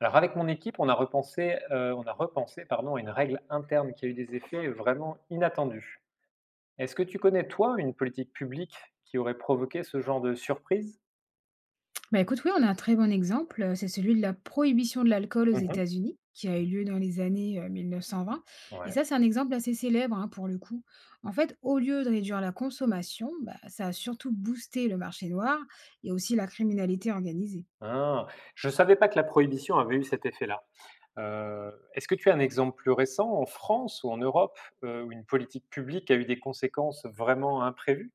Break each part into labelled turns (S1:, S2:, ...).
S1: Alors avec mon équipe, on a repensé pardon, à une règle interne qui a eu des effets vraiment inattendus. Est-ce que tu connais toi une politique publique qui aurait provoqué ce genre de surprise?
S2: Bah écoute, oui, on a un très bon exemple, c'est celui de la prohibition de l'alcool aux
S1: Mmh.
S2: États-Unis, qui a eu lieu dans les années 1920. Et
S1: Ouais.
S2: ça, c'est un exemple assez célèbre, hein, pour le coup. En fait, au lieu de réduire la consommation, bah, ça a surtout boosté le marché noir et aussi la criminalité organisée.
S1: Ah, je ne savais pas que la prohibition avait eu cet effet-là. Est-ce que tu as un exemple plus récent en France ou en Europe, où une politique publique a eu des conséquences vraiment imprévues?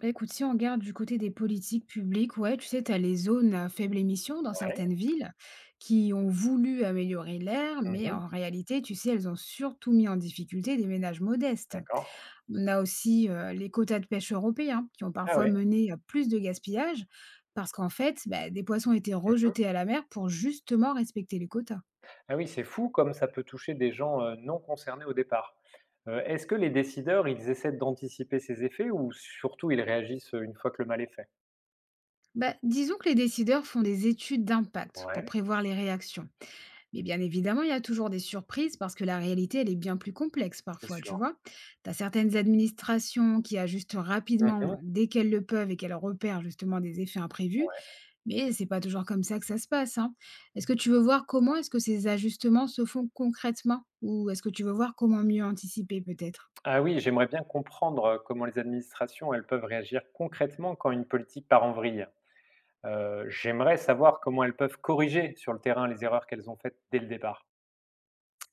S2: Bah, écoute, si on regarde du côté des politiques publiques, ouais, tu sais, tu as les zones à faible émission dans
S1: Ouais.
S2: certaines villes qui ont voulu améliorer l'air, mais
S1: Mmh.
S2: en réalité, tu sais, elles ont surtout mis en difficulté des ménages modestes.
S1: D'accord.
S2: On a aussi, les quotas de pêche européens qui ont
S1: Ah
S2: parfois
S1: ouais.
S2: mené à plus de gaspillage parce qu'en fait, bah, des poissons étaient
S1: Mmh.
S2: rejetés à la mer pour justement respecter les quotas.
S1: Ah oui, c'est fou comme ça peut toucher des gens, non concernés au départ. Est-ce que les décideurs, ils essaient d'anticiper ces effets ou surtout ils réagissent, une fois que le mal est fait?
S2: Bah, disons que les décideurs font des études d'impact pour
S1: Ouais,
S2: prévoir les réactions. Mais bien évidemment, il y a toujours des surprises parce que la réalité, elle est bien plus complexe
S1: c'est
S2: parfois, tu
S1: sûr.
S2: vois? Tu as certaines administrations qui ajustent rapidement
S1: Mmh.
S2: dès qu'elles le peuvent et qu'elles repèrent justement des effets imprévus.
S1: Ouais.
S2: Mais c'est pas toujours comme ça que ça se passe, hein. Est-ce que tu veux voir comment est-ce que ces ajustements se font concrètement? Ou est-ce que tu veux voir comment mieux anticiper peut-être?
S1: Ah oui, j'aimerais bien comprendre, comment les administrations, elles peuvent réagir concrètement quand une politique part en vrille. J'aimerais savoir comment elles peuvent corriger sur le terrain les erreurs qu'elles ont faites dès le départ.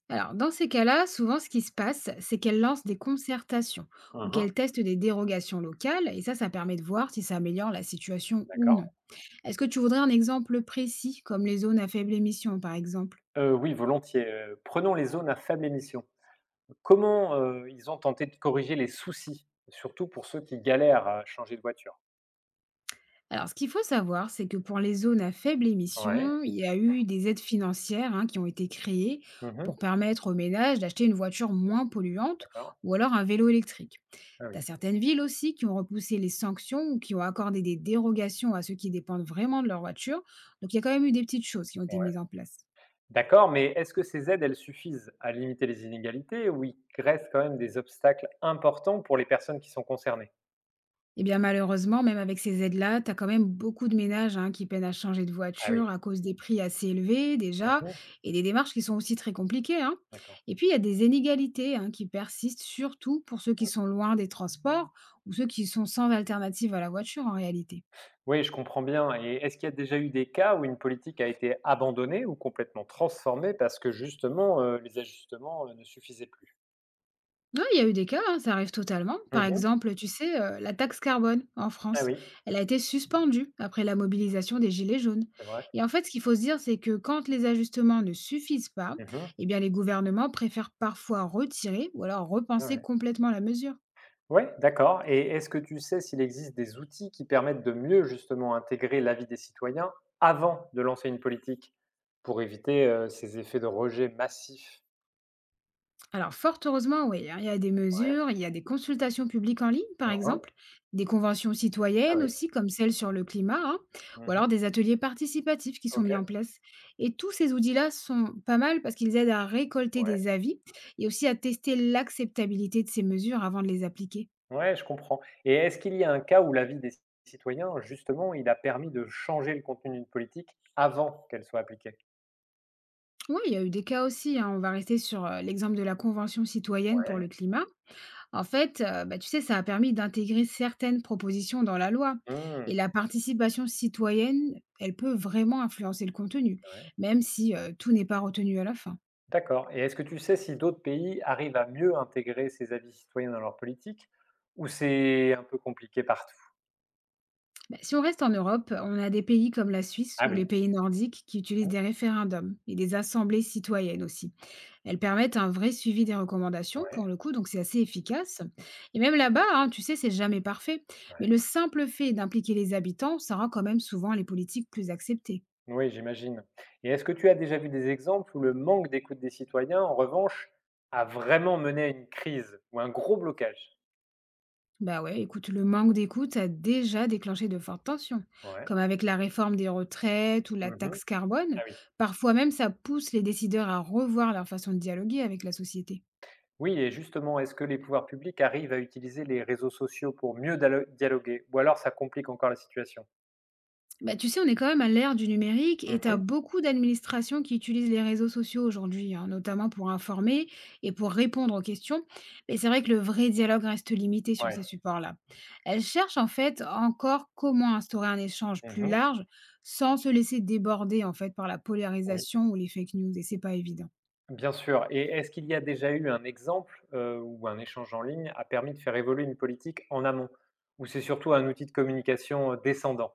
S2: Alors, dans ces cas-là, souvent ce qui se passe, c'est qu'elles lancent des concertations ou
S1: Mmh.
S2: qu'elles testent des dérogations locales, et ça permet de voir si ça améliore la situation ou
S1: D'accord.
S2: non. Est-ce que tu voudrais un exemple précis, comme les zones à faible émission, par exemple?
S1: Oui, volontiers, prenons les zones à faible émission. Comment, ils ont tenté de corriger les soucis, surtout pour ceux qui galèrent à changer de voiture?
S2: Alors, ce qu'il faut savoir, c'est que pour les zones à faible
S1: Ouais.
S2: émission, il y a eu des aides financières, hein, qui ont été créées
S1: Mmh.
S2: pour permettre aux ménages d'acheter une voiture moins polluante
S1: D'accord.
S2: ou alors un vélo électrique.
S1: Ah oui.
S2: Tu as certaines villes aussi qui ont repoussé les sanctions ou qui ont accordé des dérogations à ceux qui dépendent vraiment de leur voiture. Donc, il y a quand même eu des petites choses qui ont été
S1: Ouais.
S2: mises en place.
S1: D'accord, mais est-ce que ces aides, elles suffisent à limiter les inégalités ou il reste quand même des obstacles importants pour les personnes qui sont concernées?
S2: Eh bien, malheureusement, même avec ces aides-là, tu as quand même beaucoup de ménages, hein, qui peinent à changer de
S1: Ah oui.
S2: voiture à cause des prix assez élevés déjà
S1: Mmh.
S2: et des démarches qui sont aussi très compliquées, hein.
S1: D'accord.
S2: Et puis, il y a des inégalités, hein, qui persistent, surtout pour ceux qui sont loin des transports ou ceux qui sont sans alternative à la voiture en réalité.
S1: Oui, je comprends bien. Et est-ce qu'il y a déjà eu des cas où une politique a été abandonnée ou complètement transformée parce que justement, les ajustements ne suffisaient plus?
S2: Ouais, il y a eu des cas, hein, ça arrive totalement. Par
S1: Mmh.
S2: exemple, tu sais, la taxe carbone en
S1: Ah
S2: France,
S1: oui,
S2: elle a été suspendue après la mobilisation des Gilets jaunes.
S1: c'est vrai.
S2: Et en fait, ce qu'il faut se dire, c'est que quand les ajustements ne suffisent pas,
S1: Mmh mh.
S2: eh bien, les gouvernements préfèrent parfois retirer ou alors
S1: Ouais,
S2: repenser
S1: ouais.
S2: complètement la mesure.
S1: Ouais, d'accord. Et est-ce que tu sais s'il existe des outils qui permettent de mieux justement intégrer l'avis des citoyens avant de lancer une politique pour éviter ces effets de rejet massifs?
S2: Alors, fort heureusement, oui, hein, il y a des
S1: Ouais.
S2: mesures, il y a des consultations publiques en ligne, par
S1: Mmh.
S2: exemple, des conventions
S1: Ah
S2: citoyennes
S1: oui.
S2: aussi, comme celle sur le climat, hein, ou
S1: Mmh.
S2: alors des ateliers participatifs qui sont mis
S1: OK.
S2: en place. Et tous ces outils-là sont pas mal parce qu'ils aident à récolter
S1: Ouais.
S2: des avis et aussi à tester l'acceptabilité de ces mesures avant de les appliquer.
S1: Ouais, je comprends. Et est-ce qu'il y a un cas où l'avis des citoyens, justement, il a permis de changer le contenu d'une politique avant qu'elle soit appliquée?
S2: Oui, il y a eu des cas aussi, hein. On va rester sur l'exemple de la Convention citoyenne pour
S1: Ouais.
S2: le climat. En fait, bah, tu sais, ça a permis d'intégrer certaines propositions dans la loi
S1: Mmh,
S2: et la participation citoyenne, elle peut vraiment influencer le contenu,
S1: ouais.
S2: même si, tout n'est pas retenu à la fin.
S1: D'accord. Et est-ce que tu sais si d'autres pays arrivent à mieux intégrer ces avis citoyens dans leur politique ou c'est un peu compliqué par.
S2: Bah, si on reste en Europe, on a des pays comme la Suisse
S1: Ah
S2: ou
S1: oui,
S2: les pays nordiques qui utilisent des référendums et des assemblées citoyennes aussi. Elles permettent un vrai suivi des recommandations
S1: ouais,
S2: pour le coup, donc c'est assez efficace et même là-bas, hein, tu sais, c'est jamais parfait, mais
S1: ouais.
S2: le simple fait d'impliquer les habitants, ça rend quand même souvent les politiques plus acceptées.
S1: Oui, j'imagine. Et est-ce que tu as déjà vu des exemples où le manque d'écoute des citoyens, en revanche, a vraiment mené à une crise ou un gros blocage?
S2: Bah ouais, écoute, le manque d'écoute a déjà déclenché de fortes tensions,
S1: Ouais.
S2: comme avec la réforme des retraites ou la
S1: Mmh.
S2: taxe
S1: Ah
S2: carbone.
S1: oui.
S2: Parfois même, ça pousse les décideurs à revoir leur façon de dialoguer avec la société.
S1: Oui. Et justement, est-ce que les pouvoirs publics arrivent à utiliser les réseaux sociaux pour mieux dialoguer ou alors ça complique encore la situation?
S2: Bah, tu sais, on est quand même à l'ère du numérique et tu as
S1: Mmh.
S2: beaucoup d'administrations qui utilisent les réseaux sociaux aujourd'hui, hein, notamment pour informer et pour répondre aux questions. Mais c'est vrai que le vrai dialogue reste limité sur
S1: Ouais.
S2: ces supports-là. Elles cherchent en fait encore comment instaurer un échange plus
S1: Mmh.
S2: large sans se laisser déborder en fait par la
S1: Oui.
S2: polarisation ou les fake news, et c'est pas évident.
S1: Bien sûr. Et est-ce qu'il y a déjà eu un exemple, où un échange en ligne a permis de faire évoluer une politique en amont? Ou c'est surtout un outil de communication, descendant?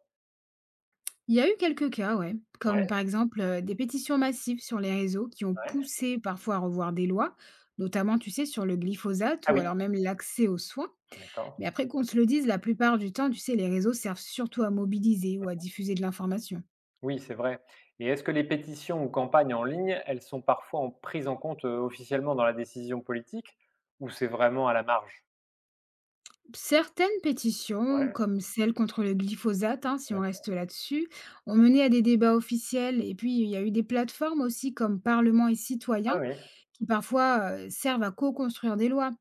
S2: Il y a eu quelques cas, ouais,
S1: Ouais,
S2: comme par exemple des pétitions massives sur les réseaux qui ont
S1: ouais.
S2: poussé parfois à revoir des lois, notamment, tu sais, sur le glyphosate
S1: Ah
S2: ou
S1: oui,
S2: alors même l'accès aux soins.
S1: d'accord.
S2: Mais après qu'on se le dise, la plupart du temps, tu sais, les réseaux servent surtout à mobiliser ou à diffuser de l'information.
S1: Oui, c'est vrai. Et est-ce que les pétitions ou campagnes en ligne, elles sont parfois en prises en compte officiellement dans la décision politique ou c'est vraiment à la marge?
S2: Certaines pétitions,
S1: Ouais,
S2: comme celle contre le glyphosate, hein, si on
S1: d'accord.
S2: reste là-dessus, ont mené à des débats officiels. Et puis, il y a eu des plateformes aussi comme Parlement et
S1: Ah
S2: Citoyens
S1: oui.
S2: qui parfois servent à co-construire des lois.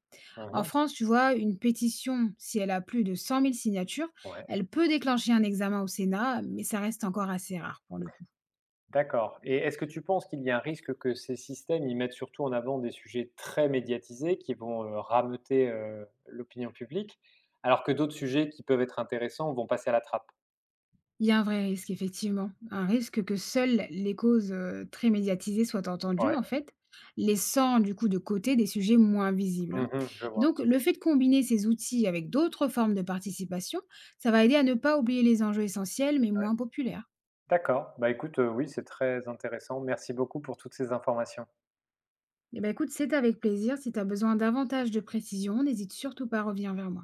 S2: En
S1: Mhm.
S2: France, tu vois, une pétition, si elle a plus de 100 000 signatures,
S1: Ouais,
S2: elle peut déclencher un examen au Sénat, mais ça reste encore assez rare pour le coup.
S1: d'accord. Et est-ce que tu penses qu'il y a un risque que ces systèmes y mettent surtout en avant des sujets très médiatisés qui vont rameuter l'opinion publique, alors que d'autres sujets qui peuvent être intéressants vont passer à la trappe?
S2: Il y a un vrai risque, effectivement. Un risque que seules les causes, très médiatisées soient entendues,
S1: Ouais,
S2: en fait, laissant du coup de côté des sujets moins visibles, hein.
S1: mhm, je
S2: Et
S1: vois.
S2: donc le fait de combiner ces outils avec d'autres formes de participation, ça va aider à ne pas oublier les enjeux essentiels, mais moins populaires.
S1: D'accord. Bah écoute, oui, c'est très intéressant. Merci beaucoup pour toutes ces informations.
S2: Eh ben, écoute, c'est avec plaisir. Si tu as besoin davantage de précision, n'hésite surtout pas à revenir vers moi.